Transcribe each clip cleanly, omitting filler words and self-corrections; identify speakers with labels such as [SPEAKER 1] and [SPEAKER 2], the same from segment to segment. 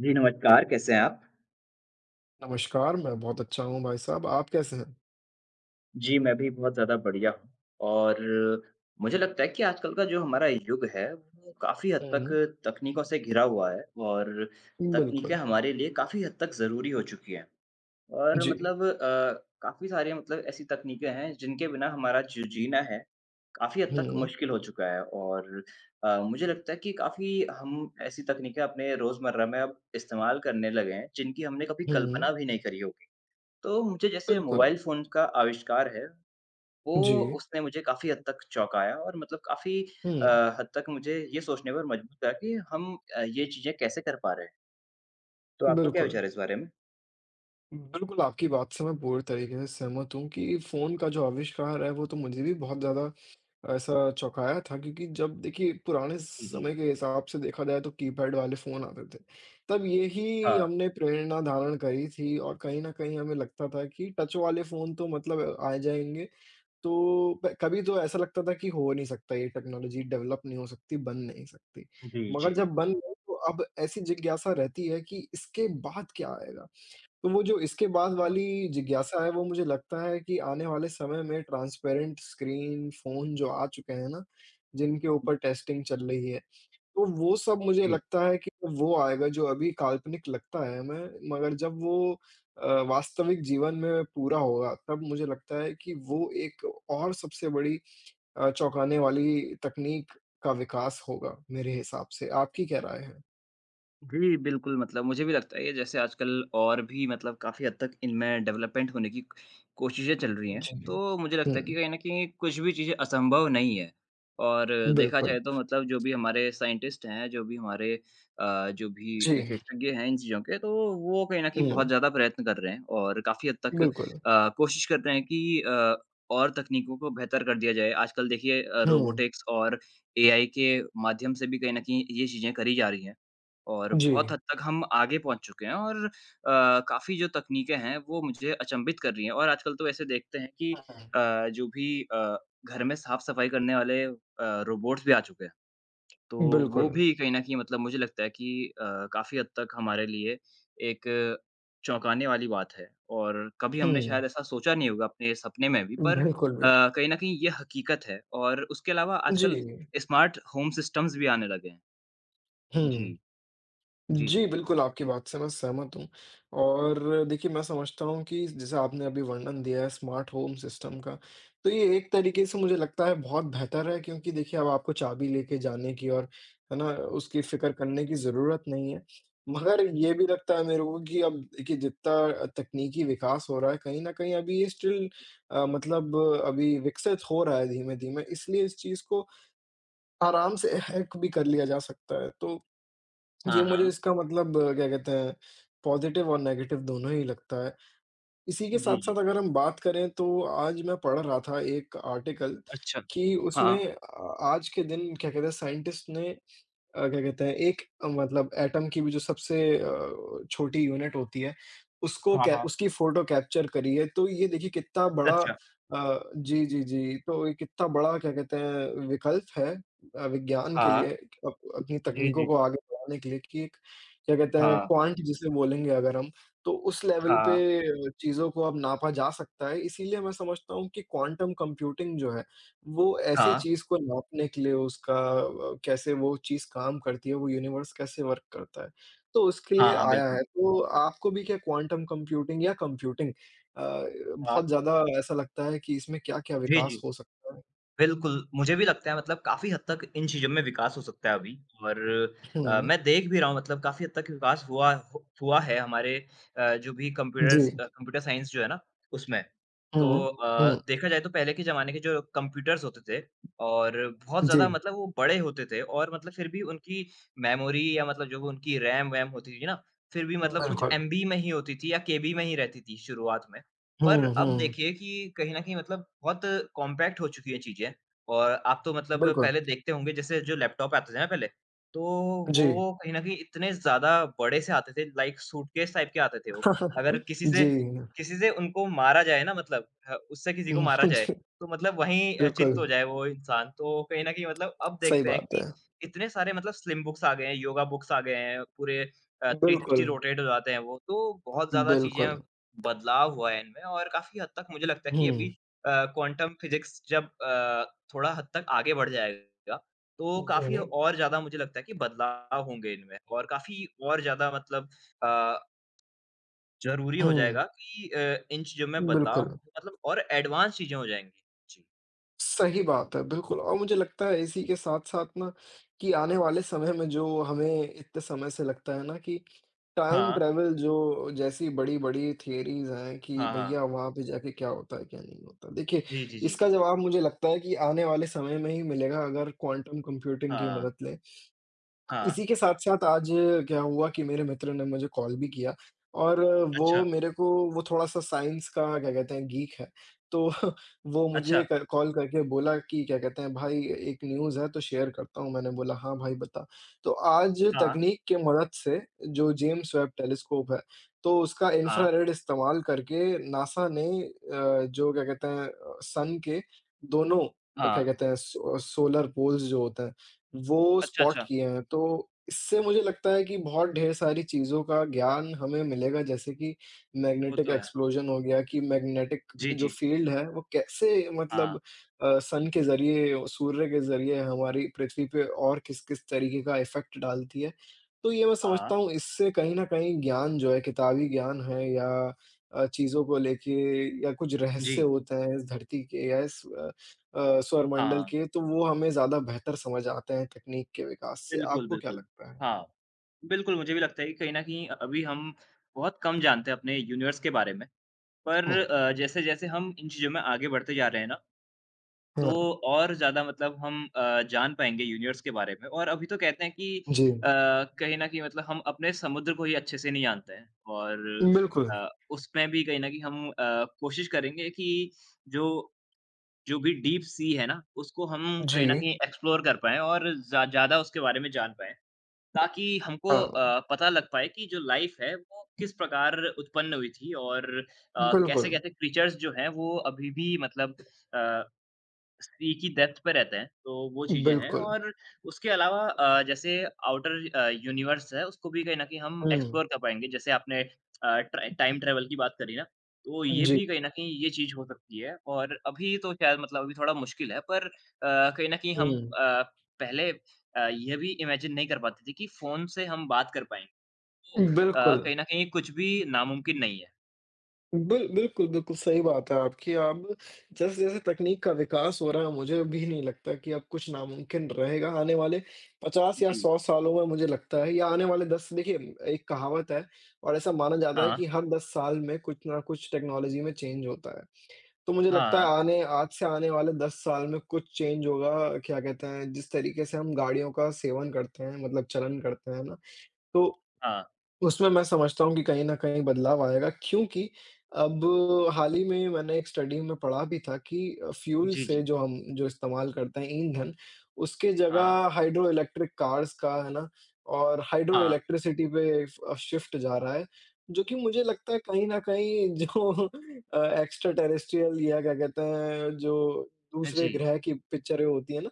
[SPEAKER 1] जी, नमस्कार, कैसे हैं आप?
[SPEAKER 2] नमस्कार, मैं बहुत अच्छा हूँ भाई साहब, आप कैसे हैं?
[SPEAKER 1] जी, मैं भी बहुत ज़्यादा बढ़िया हूँ और मुझे लगता है कि आजकल का जो हमारा युग है, वो काफ़ी हद तक
[SPEAKER 2] हुँ,
[SPEAKER 1] तकनीकों से घिरा हुआ है और तकनीकें
[SPEAKER 2] बिल्कुल।
[SPEAKER 1] हमारे लिए काफ़ी हद तक ज़रूरी हो चुकी हैं और
[SPEAKER 2] जी।
[SPEAKER 1] मतलब काफ़ी सारी मतलब ऐसी तकनीकें हैं, जिनके बिना हमारा जो जीना है, काफ़ी हद तक
[SPEAKER 2] हुँ,
[SPEAKER 1] मुश्किल हो चुका है और मुझे लगता है कि काफ़ी हम ऐसी तकनीकें अपने रोज़मर्रा में अब इस्तेमाल करने लगे हैं, जिनकी हमने कभी
[SPEAKER 2] हुँ,
[SPEAKER 1] कल्पना भी नहीं करी होगी। तो मुझे जैसे
[SPEAKER 2] बिल्कुल।
[SPEAKER 1] मोबाइल फ़ोन का आविष्कार है, वो
[SPEAKER 2] जी।
[SPEAKER 1] उसने मुझे काफ़ी हद तक चौंकाया और मतलब काफ़ी अ,
[SPEAKER 2] हुँ,
[SPEAKER 1] हद तक मुझे ये सोचने पर मजबूर करा कि हम ये चीज़ें कैसे कर पा रहे हैं। तो आपका क्या
[SPEAKER 2] बिल्कुल।
[SPEAKER 1] विचार है इस बारे में?
[SPEAKER 2] बिल्कुल, आपकी बात से मैं पूरी तरीके से सहमत हूँ कि फ़ोन का जो आविष्कार है, वो तो मुझे भी बहुत ज़्यादा ऐसा चौंकाया था क्योंकि जब देखिए पुराने
[SPEAKER 1] जी, जी।
[SPEAKER 2] समय के हिसाब से देखा जाए तो कीपैड वाले फ़ोन आते थे। तब यही
[SPEAKER 1] हाँ।
[SPEAKER 2] हमने प्रेरणा धारण करी थी और कहीं न कहीं हमें लगता था कि टच वाले फ़ोन तो मतलब आ जाएँगे तो प कभी तो ऐसा लगता था कि हो नहीं सकता ये टेक्नोलॉजी डेवलप नहीं हो सकती, बन नहीं सकती।
[SPEAKER 1] जी,
[SPEAKER 2] मगर
[SPEAKER 1] जी।
[SPEAKER 2] जब बन गई तो अब ऐसी जिज्ञासा रहती है कि इसके बाद क्या आएगा? तो वो जो इसके बाद
[SPEAKER 1] हाँ।
[SPEAKER 2] वाली जिज्ञासा है वो मुझे लगता है कि आने वाले समय में ट्रांसपेरेंट स्क्रीन, फ़ोन जो आ चुके हैं ना, जिनके ऊपर टेस्टिंग चल रही है तो वो सब मुझे
[SPEAKER 1] जी।
[SPEAKER 2] लगता है कि वो आएगा जो अभी काल्पनिक लगता है हमें, मगर जब वो वास्तविक जीवन में पूरा होगा, तब मुझे लगता है कि वो एक और सबसे बड़ी चौंकाने वाली तकनीक का विकास होगा, मेरे हिसाब से। आपकी क्या राय है?
[SPEAKER 1] जी, बिल्कुल मतलब मुझे भी लगता है ये जैसे आजकल और भी मतलब काफ़ी हद तक इनमें डेवलपमेंट होने की कोशिशें चल रही हैं।
[SPEAKER 2] जी।
[SPEAKER 1] तो मुझे लगता है कि
[SPEAKER 2] हुँ,
[SPEAKER 1] कहीं न कहीं कुछ भी चीज़ें असंभव नहीं है। और देखा
[SPEAKER 2] बिल्कुल।
[SPEAKER 1] जाए तो मतलब जो भी हमारे साइंटिस्ट हैं, जो भी हमारे जो भी
[SPEAKER 2] जी।
[SPEAKER 1] विशेषज्ञ हैं इन चीज़ों के, तो वो कहीं न कहीं बहुत
[SPEAKER 2] हुँ,
[SPEAKER 1] ज़्यादा प्रयत्न कर रहे हैं और काफ़ी हद तक
[SPEAKER 2] बिल्कुल।
[SPEAKER 1] कोशिश कर रहे हैं कि और तकनीकों को बेहतर कर दिया जाए। आजकल देखिए
[SPEAKER 2] हुँ,
[SPEAKER 1] रोबोटिक्स और एआई के माध्यम से भी कहीं न कहीं ये चीज़ें करी जा रही हैं। और
[SPEAKER 2] जी।
[SPEAKER 1] बहुत हद तक हम आगे पहुँच चुके हैं और काफ़ी जो तकनीकें हैं, वो मुझे अचंभित कर रही हैं और आजकल तो ऐसे देखते हैं कि
[SPEAKER 2] हुँ,
[SPEAKER 1] अ, जो भी अ, घर में साफ-सफाई करने वाले रोबोट्स भी आ चुके हैं। तो वो
[SPEAKER 2] बिल्कुल।
[SPEAKER 1] भी कहीं न कहीं मतलब मुझे लगता है कि काफ़ी हद तक हमारे लिए एक चौंकाने वाली बात है और कभी हमने शायद
[SPEAKER 2] हुँ,
[SPEAKER 1] ऐसा सोचा नहीं होगा अपने सपने में भी पर
[SPEAKER 2] बिल्कुल भी।
[SPEAKER 1] कहीं न कहीं ये हकीकत है और उसके अलावा आजकल
[SPEAKER 2] जी,
[SPEAKER 1] स्मार्ट होम सिस्टम्स भी आने लगे हैं। जी।
[SPEAKER 2] हुँ।
[SPEAKER 1] जी,
[SPEAKER 2] जी,
[SPEAKER 1] जी।
[SPEAKER 2] बिल्कुल, आपकी बात से मैं सहमत हूँ और देखिए, मैं समझता हूँ कि जैसे आपने अभी वर्णन दिया है स्मार्ट होम सिस्टम का, तो ये एक तरीके से मुझे लगता है बहुत बेहतर है क्योंकि देखिए, अब आपको चाबी लेके जाने की और है ना, उसकी फ़िक्र करने की ज़रूरत नहीं है। मगर ये भी लगता है मेरे को कि अब देखिए, जितना तकनीकी विकास हो रहा है, कहीं न कहीं अभी ये स्टिल मतलब अभी विकसित हो रहा है धीमे-धीमे, इसलिए इस चीज़ को आराम से हैक भी कर लिया जा सकता है, तो
[SPEAKER 1] हाँ,
[SPEAKER 2] ये मुझे
[SPEAKER 1] हाँ।
[SPEAKER 2] इसका मतलब क्या कहते हैं, पॉज़िटिव और नेगेटिव दोनों ही लगता है। इसी के
[SPEAKER 1] जी, जी।
[SPEAKER 2] साथ-साथ अगर हम बात करें तो आज मैं पढ़ रहा था एक आर्टिकल
[SPEAKER 1] अच्छा।
[SPEAKER 2] कि उसमें
[SPEAKER 1] हाँ।
[SPEAKER 2] आज के दिन क्या कहते हैं साइंटिस्ट ने क्या कहते हैं एक मतलब एटम की भी जो सबसे छोटी यूनिट होती है, उसको
[SPEAKER 1] हाँ,
[SPEAKER 2] कै
[SPEAKER 1] हाँ।
[SPEAKER 2] उसकी फ़ोटो कैप्चर करी है, तो ये देखिए कितना
[SPEAKER 1] अच्छा,
[SPEAKER 2] बड़ा
[SPEAKER 1] अच्छा।
[SPEAKER 2] जी, जी, जी, तो ये कितना बड़ा क्या कहते हैं विकल्प है विज्ञान के
[SPEAKER 1] हाँ।
[SPEAKER 2] लिए अप अपनी
[SPEAKER 1] जी,
[SPEAKER 2] तकनीकों
[SPEAKER 1] जी।
[SPEAKER 2] को आगे बढ़ाने के लिए कि एक क्या कहते हैं
[SPEAKER 1] हाँ,
[SPEAKER 2] क्वांट जिसे बोलेंगे अगर हम, तो उस लेवल पे
[SPEAKER 1] हाँ,
[SPEAKER 2] चीज़ों को अब नापा जा सकता है। इसीलिए मैं समझता हूँ कि क्वांटम कंप्यूटिंग जो है वो ऐसी
[SPEAKER 1] हाँ,
[SPEAKER 2] चीज़ को नापने के लिए उसका कैसे वो चीज़ काम करती है, वो यूनिवर्स कैसे वर्क करता है, तो उसके
[SPEAKER 1] हाँ,
[SPEAKER 2] लिए
[SPEAKER 1] हाँ,
[SPEAKER 2] आया
[SPEAKER 1] बिल्कुल।
[SPEAKER 2] है। तो आपको भी क्या क्वांटम कंप्यूटिंग या कंप्यूटिंग अ,
[SPEAKER 1] हाँ।
[SPEAKER 2] बहुत ज़्यादा ऐसा लगता है कि इसमें क्या-क्या
[SPEAKER 1] जी,
[SPEAKER 2] विकास
[SPEAKER 1] जी।
[SPEAKER 2] हो सकता है?
[SPEAKER 1] बिल्कुल, मुझे भी लगता है मतलब काफ़ी हद तक इन चीज़ों में विकास हो सकता है अभी और
[SPEAKER 2] हुँ,
[SPEAKER 1] मैं देख भी रहा हूँ मतलब काफ़ी हद तक विकास हुआ हो हुआ है हमारे जो भी
[SPEAKER 2] जी।
[SPEAKER 1] कंप्यूटर्स अ, कंप्यूटर साइंस जो है ना, उसमें। तो
[SPEAKER 2] हुँ, हुँ,
[SPEAKER 1] देखा जाए तो पहले के ज़माने के जो कंप्यूटर्स होते थे और बहुत
[SPEAKER 2] जी,
[SPEAKER 1] ज़्यादा मतलब वो बड़े होते थे और मतलब फिर भी उनकी मेमोरी या मतलब जो उनकी रैम-वैम होती थी ना, फिर भी मतलब कुछ
[SPEAKER 2] बिल्कुल।
[SPEAKER 1] एमबी में ही होती थी या केबी में ही रहती थी शुरुआत में। पर
[SPEAKER 2] हुँ,
[SPEAKER 1] अब
[SPEAKER 2] हुँ,
[SPEAKER 1] देखिए कि कहीं न कहीं मतलब बहुत कॉम्पैक्ट हो चुकी है चीज़ें और आप तो मतलब
[SPEAKER 2] बिल्कुल,
[SPEAKER 1] पहले देखते होंगे जैसे जो लैपटॉप आते थे ना पहले, तो
[SPEAKER 2] जी।
[SPEAKER 1] वो कहीं न कहीं इतने ज़्यादा बड़े से आते थे लाइक सूटकेस टाइप के आते थे वो। अगर किसी से
[SPEAKER 2] जी,
[SPEAKER 1] किसी से उनको मारा जाए ना मतलब ह उससे किसी को
[SPEAKER 2] उम,
[SPEAKER 1] मारा जाए,
[SPEAKER 2] जी,
[SPEAKER 1] तो मतलब वहीं
[SPEAKER 2] बिल्कुल,
[SPEAKER 1] चित्त हो जाए वो इंसान। तो कहीं न कहीं मतलब अब
[SPEAKER 2] सही
[SPEAKER 1] देखते हैं
[SPEAKER 2] बात है।
[SPEAKER 1] कि इतने सारे मतलब स्लिम बुक्स आ गए हैं, योगा बुक्स आ गए हैं, पूरे 360
[SPEAKER 2] बिल्कुल,
[SPEAKER 1] रोटेट हो जाते हैं वो। तो बहुत ज़्यादा चीज़ें
[SPEAKER 2] बिल्कुल।
[SPEAKER 1] बदलाव हुआ है इनमें और काफ़ी हद तक मुझे लगता है कि अभी
[SPEAKER 2] हुँ,
[SPEAKER 1] क्वांटम फिज़िक्स जब थोड़ा हद तक आगे बढ़ जाएगा, तो काफ़ी
[SPEAKER 2] जी,
[SPEAKER 1] और ज़्यादा मुझे लगता है कि बदलाव होंगे इनमें और काफ़ी और ज़्यादा मतलब अ, ज़रूरी हो
[SPEAKER 2] हुँ,
[SPEAKER 1] जाएगा कि इन चीज़ों में बदलाव हो
[SPEAKER 2] बिल्कुल।
[SPEAKER 1] मतलब और एडवांस चीज़ें हो जाएँगी। जी।
[SPEAKER 2] सही बात है, बिल्कुल और मुझे लगता है इसी के साथ-साथ ना कि आने वाले समय में जो हमें इतने समय से लगता है ना कि टाइम
[SPEAKER 1] हाँ,
[SPEAKER 2] ट्रैवल जो जैसी बड़ी-बड़ी थियरीज़ हैं कि
[SPEAKER 1] हाँ, हाँ।
[SPEAKER 2] भैया वहाँ पे जाके क्या होता है, क्या नहीं होता। देखिए,
[SPEAKER 1] जी, जी, जी।
[SPEAKER 2] इसका जवाब मुझे लगता है कि आने वाले समय में ही मिलेगा अगर क्वांटम कंप्यूटिंग की
[SPEAKER 1] हाँ,
[SPEAKER 2] मदद लें।
[SPEAKER 1] हाँ।
[SPEAKER 2] इसी के साथ-साथ आज क्या हुआ कि मेरे मित्र ने मुझे कॉल भी किया और वो
[SPEAKER 1] अच्छा,
[SPEAKER 2] मेरे को वो थोड़ा-सा साइंस का क्या कहते हैं गीक है। तो वो
[SPEAKER 1] अच्छा।
[SPEAKER 2] मुझे क कॉल करके बोला कि क्या कहते हैं भाई एक न्यूज़ है तो शेयर करता हूँ। मैंने बोला हाँ भाई बता। तो आज
[SPEAKER 1] हाँ,
[SPEAKER 2] तकनीक के मदद से जो जेम्स वेब टेलीस्कोप है तो उसका
[SPEAKER 1] हाँ,
[SPEAKER 2] इंफ्रारेड इस्तेमाल करके नासा ने जो क्या कहते हैं सन के दोनों क्या
[SPEAKER 1] हाँ।
[SPEAKER 2] कहते हैं सोलर पोल्स जो होते हैं वो
[SPEAKER 1] अच्छा,
[SPEAKER 2] स्पॉट
[SPEAKER 1] अच्छा।
[SPEAKER 2] किए हैं, तो इससे मुझे लगता है कि बहुत ढेर सारी चीज़ों का ज्ञान हमें मिलेगा जैसे कि
[SPEAKER 1] वो
[SPEAKER 2] मैग्नेटिक
[SPEAKER 1] तो है।
[SPEAKER 2] एक्सप्लोजन हो गया कि मैग्नेटिक
[SPEAKER 1] जी,
[SPEAKER 2] जो
[SPEAKER 1] जी।
[SPEAKER 2] फ़ील्ड है वो कैसे मतलब
[SPEAKER 1] हाँ,
[SPEAKER 2] सन के ज़रिए, सूर्य के ज़रिए हमारी पृथ्वी पे और किस-किस तरीके का इफ़ेक्ट डालती है। तो ये मैं
[SPEAKER 1] हाँ।
[SPEAKER 2] समझता हूँ इससे कहीं न कहीं ज्ञान जो है किताबी ज्ञान है या चीज़ों को लेके या कुछ रहस्य
[SPEAKER 1] जी,
[SPEAKER 2] होते हैं इस धरती के या इस स्वरमंडल
[SPEAKER 1] हाँ।
[SPEAKER 2] के, तो वो हमें ज़्यादा बेहतर समझ आते हैं तकनीक के विकास से।
[SPEAKER 1] बिल्कुल,
[SPEAKER 2] आपको क्या
[SPEAKER 1] बिल्कुल।
[SPEAKER 2] लगता है?
[SPEAKER 1] हाँ, बिल्कुल मुझे भी लगता है कि कहीं न कहीं अभी हम बहुत कम जानते हैं अपने यूनिवर्स के बारे में। पर
[SPEAKER 2] हुँ,
[SPEAKER 1] जैसे-जैसे हम इन चीज़ों में आगे बढ़ते जा रहे हैं ना, तो
[SPEAKER 2] हाँ,
[SPEAKER 1] और ज़्यादा मतलब हम जान पाएँगे यूनिवर्स के बारे में और अभी तो कहते हैं कि
[SPEAKER 2] जी।
[SPEAKER 1] अ, कहीं न कहीं मतलब हम अपने समुद्र को ही अच्छे से नहीं जानते हैं और
[SPEAKER 2] बिल्कुल,
[SPEAKER 1] उसमें भी कहीं न कहीं हम कोशिश करेंगे कि जो जो भी डीप सी है ना, उसको हम कहीं न
[SPEAKER 2] जी,
[SPEAKER 1] कहीं एक्सप्लोर कर पाएँ और ज़्यादा उसके बारे में जान पाएँ। ताकि हमको
[SPEAKER 2] हाँ,
[SPEAKER 1] पता लग पाए कि जो लाइफ है वो किस प्रकार उत्पन्न हुई थी और
[SPEAKER 2] बिल्कुल,
[SPEAKER 1] कैसे-कैसे क्रीचर्स जो हैं वो अभी भी मतलब अ, सी की डेप्थ पे रहते हैं, तो वो चीज़ें हैं
[SPEAKER 2] बिल्कुल।
[SPEAKER 1] और उसके अलावा जैसे आउटर यूनिवर्स है, उसको भी कहीं न कहीं हम
[SPEAKER 2] हुँ,
[SPEAKER 1] एक्सप्लोर कर पाएँगे। जैसे आपने ट्रा टाइम ट्रैवल की बात करी ना, तो ये
[SPEAKER 2] जी,
[SPEAKER 1] भी कहीं न कहीं ये चीज़ हो सकती है और अभी तो शायद मतलब अभी थोड़ा मुश्किल है पर कहीं न कहीं हम
[SPEAKER 2] हुँ,
[SPEAKER 1] अ, पहले ये भी इमेजिन नहीं कर पाते थे कि फ़ोन से हम बात कर पाएँगे। तो
[SPEAKER 2] बिल्कुल।
[SPEAKER 1] कहीं न कहीं कुछ भी नामुमकिन नहीं है।
[SPEAKER 2] बिल्कुल, बिल्कुल सही बात है आपकी। अब जैसे-जैसे तकनीक का विकास हो रहा है, मुझे भी नहीं लगता कि अब कुछ नामुमकिन रहेगा। आने वाले 50 या
[SPEAKER 1] जी।
[SPEAKER 2] 100 सालों में मुझे लगता है या आने वाले 10 देखिए एक कहावत है और ऐसा माना जाता है
[SPEAKER 1] हाँ,
[SPEAKER 2] कि हर 10 साल में कुछ ना कुछ टेक्नोलॉज़ी में चेंज होता है। तो मुझे
[SPEAKER 1] हाँ,
[SPEAKER 2] लगता है
[SPEAKER 1] हाँ।
[SPEAKER 2] आने आज से आने वाले 10 साल में कुछ चेंज होगा क्या कहते हैं, जिस तरीके से हम गाड़ियों का सेवन करते हैं मतलब चलन करते हैं ना, तो
[SPEAKER 1] हाँ।
[SPEAKER 2] उसमें मैं समझता हूँ कि कहीं न कहीं बदलाव आएगा क्योंकि अब हाल ही में मैंने एक स्टडी में पढ़ा भी था कि फ्यूल
[SPEAKER 1] जी,
[SPEAKER 2] से
[SPEAKER 1] जी।
[SPEAKER 2] जो हम जो इस्तेमाल करते हैं ईंधन, उसके
[SPEAKER 1] हाँ,
[SPEAKER 2] जगह हाइड्रो इलेक्ट्रिक कार्स का, है ना? और हाइड्रो
[SPEAKER 1] हाँ।
[SPEAKER 2] इलेक्ट्रिसिटी पे फ शिफ्ट जा रहा है, जो कि मुझे लगता है कहीं न कहीं जो एक्स्ट्रा टेरेस्ट्रियल या क्या कहते हैं, जो दूसरे
[SPEAKER 1] जी।
[SPEAKER 2] ग्रह की पिक्चरें होती हैं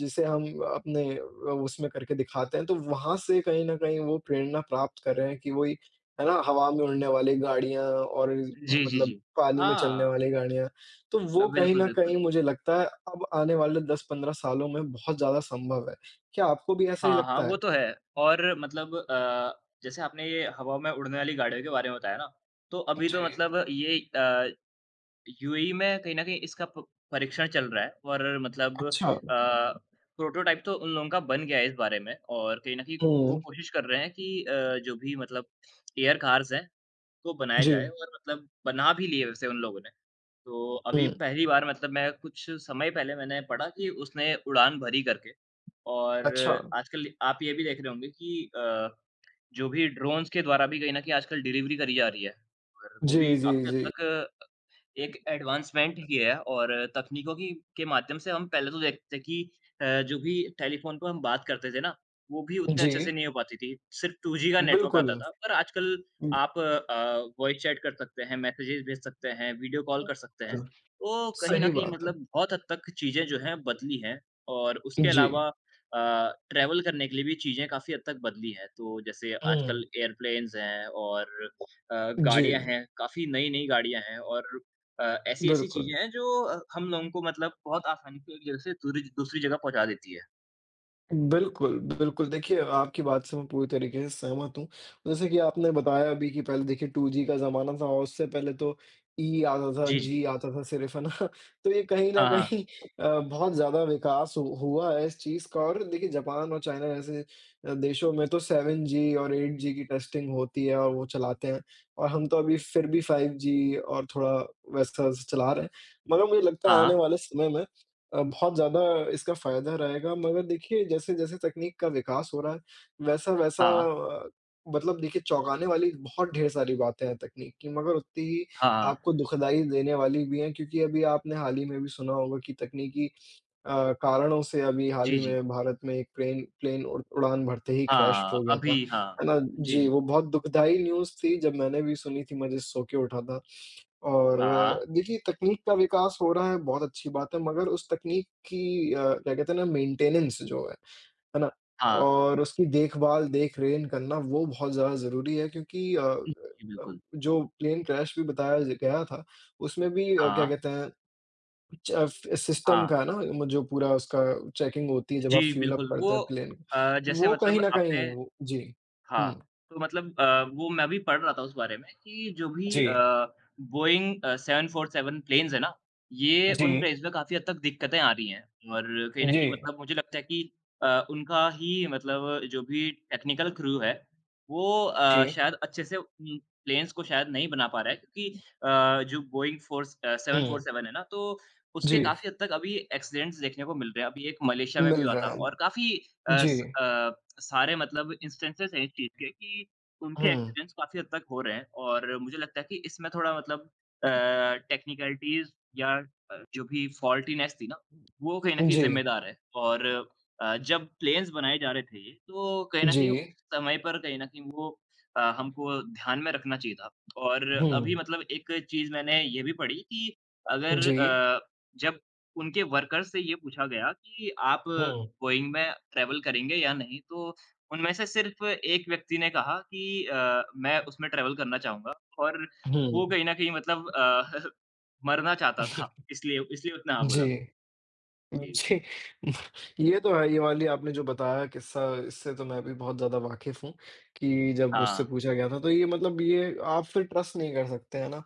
[SPEAKER 2] जिसे हम अपने उसमें करके दिखाते हैं, तो वहाँ से कहीं न कहीं वो प्रेरणा प्राप्त कर रहे हैं कि वही है ना, हवा में उड़ने वाली गाड़ियाँ और
[SPEAKER 1] जी, जी,
[SPEAKER 2] मतलब
[SPEAKER 1] जी।
[SPEAKER 2] पानी में चलने
[SPEAKER 1] हाँ,
[SPEAKER 2] वाली गाड़ियाँ। तो वो कहीं
[SPEAKER 1] बिल्कुल,
[SPEAKER 2] न
[SPEAKER 1] बिल्कुल।
[SPEAKER 2] कहीं मुझे लगता है अब आने वाले 10-15 सालों में बहुत ज़्यादा संभव है। क्या आपको भी ऐसा ही
[SPEAKER 1] हाँ, हाँ,
[SPEAKER 2] लगता
[SPEAKER 1] वो
[SPEAKER 2] है?
[SPEAKER 1] तो है और मतलब जैसे आपने ये हवा में उड़ने वाली गाड़ियों के बारे में बताया ना, तो अभी तो
[SPEAKER 2] जी,
[SPEAKER 1] मतलब ये यूएई में कहीं न कहीं इसका प परीक्षण चल रहा है और मतलब
[SPEAKER 2] अच्छा।
[SPEAKER 1] प्रोटोटाइप तो उन लोगों का बन गया है इस बारे में और कहीं न कहीं को- वो
[SPEAKER 2] हुँ,
[SPEAKER 1] कोशिश कर रहे हैं कि जो भी मतलब एयर कार्स हैं को बनाया जाए
[SPEAKER 2] जी,
[SPEAKER 1] और मतलब बना भी लिए वैसे उन लोगों ने। तो
[SPEAKER 2] हुँ,
[SPEAKER 1] अभी पहली बार मतलब मैं कुछ समय पहले मैंने पढ़ा कि उसने उड़ान भरी करके और
[SPEAKER 2] अच्छा।
[SPEAKER 1] आजकल आप ये भी देख रहे होंगे कि जो भी ड्रोन्स के द्वारा भी कहीं न कहीं आजकल डिलीवरी करी जा रही है और वो
[SPEAKER 2] जी,
[SPEAKER 1] भी
[SPEAKER 2] जी,
[SPEAKER 1] काफ़ी हद
[SPEAKER 2] जी।
[SPEAKER 1] तक एक एडवांसमेंट ही है और तकनीकों की के माध्यम से हम पहले तो देखते थे कि जो भी टेलीफ़ोन पे हम बात करते थे ना, वो भी उतने अच्छे
[SPEAKER 2] जी,
[SPEAKER 1] से नहीं हो पाती थी। सिर्फ़ 2G का नेटवर्क
[SPEAKER 2] बिल्कुल,
[SPEAKER 1] आता था, पर आजकल आप वॉइस चैट कर सकते हैं, मैसेजेस भेज सकते हैं, वीडियो कॉल कर सकते हैं।
[SPEAKER 2] बिल्कुल,
[SPEAKER 1] तो कहीं न
[SPEAKER 2] सही
[SPEAKER 1] कहीं
[SPEAKER 2] बात है।
[SPEAKER 1] मतलब बहुत हद तक चीज़ें जो हैं बदली हैं और उसके
[SPEAKER 2] जी,
[SPEAKER 1] अलावा अ, ट्रैवल करने के लिए भी चीज़ें काफ़ी हद तक बदली हैं। तो जैसे
[SPEAKER 2] हुँ,
[SPEAKER 1] आजकल एयरप्लेन्स हैं और अ,
[SPEAKER 2] जी,
[SPEAKER 1] गाड़ियाँ हैं, काफ़ी नई-नई गाड़ियाँ हैं और अ, ऐसी-ऐसी
[SPEAKER 2] बिल्कुल।
[SPEAKER 1] चीज़ें हैं जो हम लोगों को मतलब बहुत आसानी से एक जगह से दूरी दूसरी जगह पहुँचा देती है।
[SPEAKER 2] बिल्कुल, बिल्कुल। देखिए, आपकी बात से मैं पूरी तरीके से सहमत हूँ। जैसे कि आपने बताया अभी कि पहले देखिए 2G का ज़माना था और उससे पहले तो ई आता था,
[SPEAKER 1] जी, जी।
[SPEAKER 2] जी आता था सिर्फ़, है ना? तो ये कहीं न
[SPEAKER 1] हाँ, हाँ।
[SPEAKER 2] कहीं बहुत ज़्यादा विकास हु हुआ है इस चीज़ का और देखिए जापान और चाइना जैसे देशों में तो 7G और 8G की टेस्टिंग होती है और वो चलाते हैं और हम तो अभी फिर भी 5G और थोड़ा वैसा चला रहे हैं। मगर मुझे लगता है आने
[SPEAKER 1] हाँ,
[SPEAKER 2] वाले समय में बहुत ज़्यादा इसका फ़ायदा रहेगा मगर देखिए जैसे-जैसे तकनीक का विकास हो रहा है, वैसा-वैसा
[SPEAKER 1] हाँ।
[SPEAKER 2] अ, मतलब देखिए चौंकाने वाली बहुत ढेर सारी बातें हैं तकनीक की मगर उतनी ही
[SPEAKER 1] हाँ, हाँ।
[SPEAKER 2] आपको दुखदाई देने वाली भी हैं क्योंकि अभी आपने हाल ही में भी सुना होगा कि तकनीकी कारणों से अभी हाल
[SPEAKER 1] जी,
[SPEAKER 2] ही
[SPEAKER 1] जी।
[SPEAKER 2] में भारत में एक प्लेन प्लेन उड़ान भरते ही क्रैश
[SPEAKER 1] हाँ,
[SPEAKER 2] हो गया था।
[SPEAKER 1] अभी हाँ।
[SPEAKER 2] है ना?
[SPEAKER 1] जी,
[SPEAKER 2] जी,
[SPEAKER 1] जी।
[SPEAKER 2] वो बहुत दुखदाई न्यूज़ थी जब मैंने भी सुनी थी मैं जिस सो के उठा था। और
[SPEAKER 1] हाँ,
[SPEAKER 2] देखिए तकनीक का विकास हो रहा है बहुत अच्छी बात है मगर उस तकनीक की क्या कहते हैं ना मेंटेनेंस जो है ना?
[SPEAKER 1] हाँ।
[SPEAKER 2] और उसकी देखभाल, देख-रेख करना वो बहुत ज़्यादा ज़रूरी है क्योंकि
[SPEAKER 1] जी,
[SPEAKER 2] अ,
[SPEAKER 1] बिल्कुल।
[SPEAKER 2] जो प्लेन क्रैश भी बताया ज गया था उसमें भी क्या
[SPEAKER 1] हाँ,
[SPEAKER 2] कहते हैं च फ सिस्टम
[SPEAKER 1] हाँ।
[SPEAKER 2] का ना म जो पूरा उसका चेकिंग होती है जब आप
[SPEAKER 1] जी,
[SPEAKER 2] फ्यूल अप
[SPEAKER 1] बिल्कुल।
[SPEAKER 2] करते हैं प्लेन को,
[SPEAKER 1] जैसे
[SPEAKER 2] वो कहीं
[SPEAKER 1] मतलब
[SPEAKER 2] न
[SPEAKER 1] आपने
[SPEAKER 2] कहीं वो जी।
[SPEAKER 1] हाँ,
[SPEAKER 2] हुँ।
[SPEAKER 1] तो मतलब वो मैं भी पढ़ रहा था उस बारे में कि जो भी
[SPEAKER 2] जी,
[SPEAKER 1] बोइंग 747 प्लेन्स है ना, ये उन
[SPEAKER 2] जी,
[SPEAKER 1] प्लेन्स में काफ़ी हद तक दिक्कतें आ रही हैं और कहीं न
[SPEAKER 2] जी,
[SPEAKER 1] कहीं मतलब मुझे लगता है कि उनका ही मतलब जो भी टेक्निकल क्रू है, वो
[SPEAKER 2] जी,
[SPEAKER 1] शायद अच्छे से प्लेन्स को शायद नहीं बना पा रहा है क्योंकि जो बोइंग फोर्स
[SPEAKER 2] हुँ,
[SPEAKER 1] 747 है ना, तो उसके
[SPEAKER 2] जी,
[SPEAKER 1] काफ़ी हद तक अभी एक्सीडेंट्स देखने को मिल रहे हैं। अभी एक मलेशिया में भी
[SPEAKER 2] मिल
[SPEAKER 1] हुआ
[SPEAKER 2] रहा
[SPEAKER 1] था
[SPEAKER 2] है।
[SPEAKER 1] और काफ़ी अ,
[SPEAKER 2] जी,
[SPEAKER 1] स अ, सारे मतलब इंस्टेंसेस हैं इस चीज़ के कि उनके
[SPEAKER 2] हुँ,
[SPEAKER 1] एक्सीडेंट्स काफ़ी हद तक हो रहे हैं और मुझे लगता है कि इसमें थोड़ा मतलब अ, टेक्निकलिटीज़ या जो भी फॉल्टीनेस थी ना, वो कहीं न कहीं
[SPEAKER 2] जी,
[SPEAKER 1] ज़िम्मेदार है और जब प्लेन्स बनाए जा रहे थे ये, तो कहीं न कहीं
[SPEAKER 2] जी,
[SPEAKER 1] समय पर कहीं न कहीं वो हमको ध्यान में रखना चाहिए था और अभी
[SPEAKER 2] हुँ,
[SPEAKER 1] मतलब एक चीज़ मैंने ये भी पढ़ी कि अगर
[SPEAKER 2] जी,
[SPEAKER 1] जब उनके वर्कर्स से ये पूछा गया कि आप
[SPEAKER 2] हुँ,
[SPEAKER 1] बोइंग में ट्रैवल करेंगे या नहीं? तो उनमें से सिर्फ़ एक व्यक्ति ने कहा कि मैं उसमें ट्रैवल करना चाहूँगा और वो
[SPEAKER 2] हुँ,
[SPEAKER 1] कहीं न कहीं मतलब मरना चाहता था, इसलिए इसलिए उसने हाँ बोला।
[SPEAKER 2] जी।
[SPEAKER 1] जी।
[SPEAKER 2] जी, ये तो है, ये वाली आपने जो बताया किस्सा, इससे तो मैं भी बहुत ज़्यादा वाकिफ़ हूँ कि जब उससे
[SPEAKER 1] हाँ।
[SPEAKER 2] पूछा गया था, तो ये मतलब ये आप फिर ट्रस्ट नहीं कर सकते, है ना?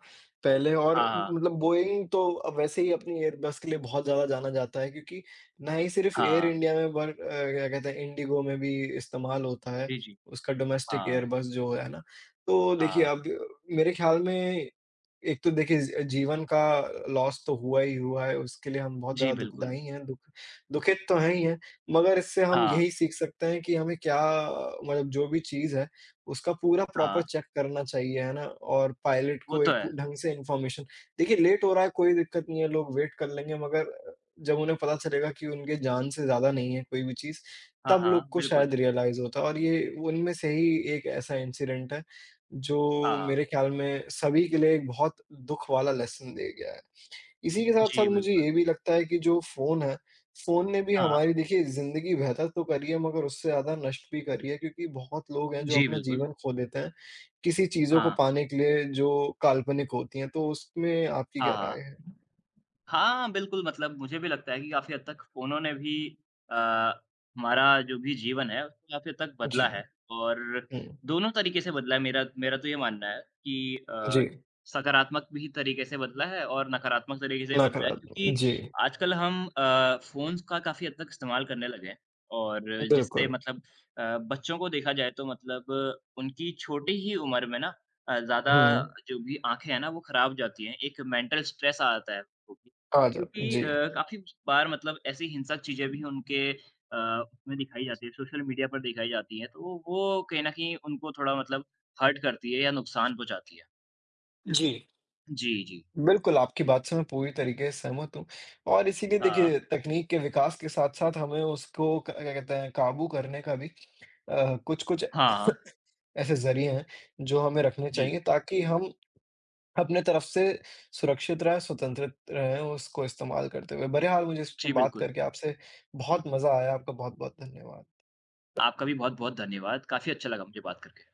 [SPEAKER 2] पहले और
[SPEAKER 1] हाँ, हाँ।
[SPEAKER 2] मतलब बोइंग तो अब वैसे ही अपनी एयरबस के लिए बहुत ज़्यादा जाना जाता है क्योंकि ना ही सिर्फ़ एयर
[SPEAKER 1] हाँ।
[SPEAKER 2] इंडिया में क्या कहते हैं, इंडिगो में भी इस्तेमाल होता है,
[SPEAKER 1] जी, जी।
[SPEAKER 2] उसका डोमेस्टिक
[SPEAKER 1] हाँ,
[SPEAKER 2] एयरबस जो है ना। तो देखिए, अब
[SPEAKER 1] हाँ।
[SPEAKER 2] मेरे ख्याल में एक तो देखिए ज जीवन का लॉस तो हुआ ही हुआ है, उसके लिए हम बहुत
[SPEAKER 1] जी,
[SPEAKER 2] ज़्यादा
[SPEAKER 1] बिल्कुल।
[SPEAKER 2] दुखदाई हैं, दुखित तो हैं ही हैं, मगर इससे हम
[SPEAKER 1] हाँ,
[SPEAKER 2] यही सीख सकते हैं कि हमें क्या मतलब जो भी चीज़ है, उसका पूरा
[SPEAKER 1] हाँ।
[SPEAKER 2] प्रॉपर चेक करना चाहिए, है ना? और पायलट
[SPEAKER 1] वो
[SPEAKER 2] को
[SPEAKER 1] तो
[SPEAKER 2] एक
[SPEAKER 1] है।
[SPEAKER 2] ढंग से इन्फॉर्मेशन देखिए लेट हो रहा है कोई दिक्कत नहीं है, लोग वेट कर लेंगे मगर जब उन्हें पता चलेगा कि उनके जान से ज़्यादा नहीं है कोई भी चीज़,
[SPEAKER 1] हाँ,
[SPEAKER 2] तब
[SPEAKER 1] हाँ।
[SPEAKER 2] लोग को
[SPEAKER 1] बिल्कुल।
[SPEAKER 2] शायद रियलाइज़ होता है और ये उनमें से ही एक ऐसा इंसिडेंट है। जो
[SPEAKER 1] हाँ, हाँ।
[SPEAKER 2] मेरे ख़्याल में सभी के लिए एक बहुत दुःख वाला लेसन दे गया है। इसी के साथ-साथ
[SPEAKER 1] जी,
[SPEAKER 2] मुझे
[SPEAKER 1] बिल्कुल।
[SPEAKER 2] ये भी लगता है कि जो फ़ोन है, फ़ोन ने भी
[SPEAKER 1] हाँ।
[SPEAKER 2] हमारी देखिए ज़िंदगी बेहतर तो करी है मगर उससे ज़्यादा नष्ट भी करी है क्योंकि बहुत लोग हैं जो
[SPEAKER 1] जी,
[SPEAKER 2] अपना
[SPEAKER 1] बिल्कुल।
[SPEAKER 2] जीवन खो देते हैं, किसी चीज़ों को
[SPEAKER 1] हाँ।
[SPEAKER 2] पाने के लिए जो काल्पनिक होती हैं, तो उसमें आपकी
[SPEAKER 1] हाँ,
[SPEAKER 2] क्या राय
[SPEAKER 1] हाँ।
[SPEAKER 2] है?
[SPEAKER 1] हाँ, बिल्कुल मतलब मुझे भी लगता है कि काफ़ी हद तक फ़ोनों ने भी अ, हमारा जो भी जीवन है उसको काफ़ी हद तक बदला है
[SPEAKER 2] जी।
[SPEAKER 1] और
[SPEAKER 2] हुँ।
[SPEAKER 1] दोनों तरीके से बदला है। मेरा मेरा तो ये मानना है कि
[SPEAKER 2] जी,
[SPEAKER 1] सकारात्मक भी तरीके से बदला है और नकारात्मक तरीके से भी बदला है
[SPEAKER 2] नकारात्मक
[SPEAKER 1] क्योंकि
[SPEAKER 2] जी,
[SPEAKER 1] आजकल हम फ़ोन्स का काफ़ी हद तक इस्तेमाल करने लगे हैं और जिससे
[SPEAKER 2] बिल्कुल।
[SPEAKER 1] मतलब बच्चों को देखा जाए तो मतलब उनकी छोटी ही उम्र में ना ज़्यादा
[SPEAKER 2] हुँ।
[SPEAKER 1] जो भी आँखें हैं ना वो ख़राब हो जाती हैं। एक मेंटल स्ट्रेस आ जाता है। उनको।
[SPEAKER 2] आ जा
[SPEAKER 1] क्योंकि
[SPEAKER 2] जी।
[SPEAKER 1] काफ़ी बार मतलब ऐसी हिंसक चीज़ें भी उनके उसमें दिखाई जाती है, सोशल मीडिया पर दिखाई जाती हैं, तो वो कहीं न कहीं उनको थोड़ा मतलब हर्ट करती है या नुकसान पहुँचाती है।
[SPEAKER 2] जी।
[SPEAKER 1] जी, जी।
[SPEAKER 2] बिल्कुल, आपकी बात से मैं पूरी तरीके से सहमत हूँ और इसीलिए
[SPEAKER 1] हाँ।
[SPEAKER 2] देखिए तकनीक के विकास के साथ-साथ हमें उसको क क्या कहते हैं काबू करने का भी कुछ-कुछ
[SPEAKER 1] हाँ, हाँ।
[SPEAKER 2] ऐसे ज़रिए हैं जो हमें रखने
[SPEAKER 1] जी।
[SPEAKER 2] चाहिए ताकि हम अपने तरफ से सुरक्षित रहें, स्वतंत्रित रहें उसको इस्तेमाल करते हुए। बहरहाल मुझे इस पे
[SPEAKER 1] जी,
[SPEAKER 2] बात
[SPEAKER 1] बिल्कुल।
[SPEAKER 2] करके आपसे बहुत मज़ा आया। आपका बहुत-बहुत धन्यवाद।
[SPEAKER 1] आपका भी बहुत-बहुत धन्यवाद। काफ़ी अच्छा लगा मुझे बात करके।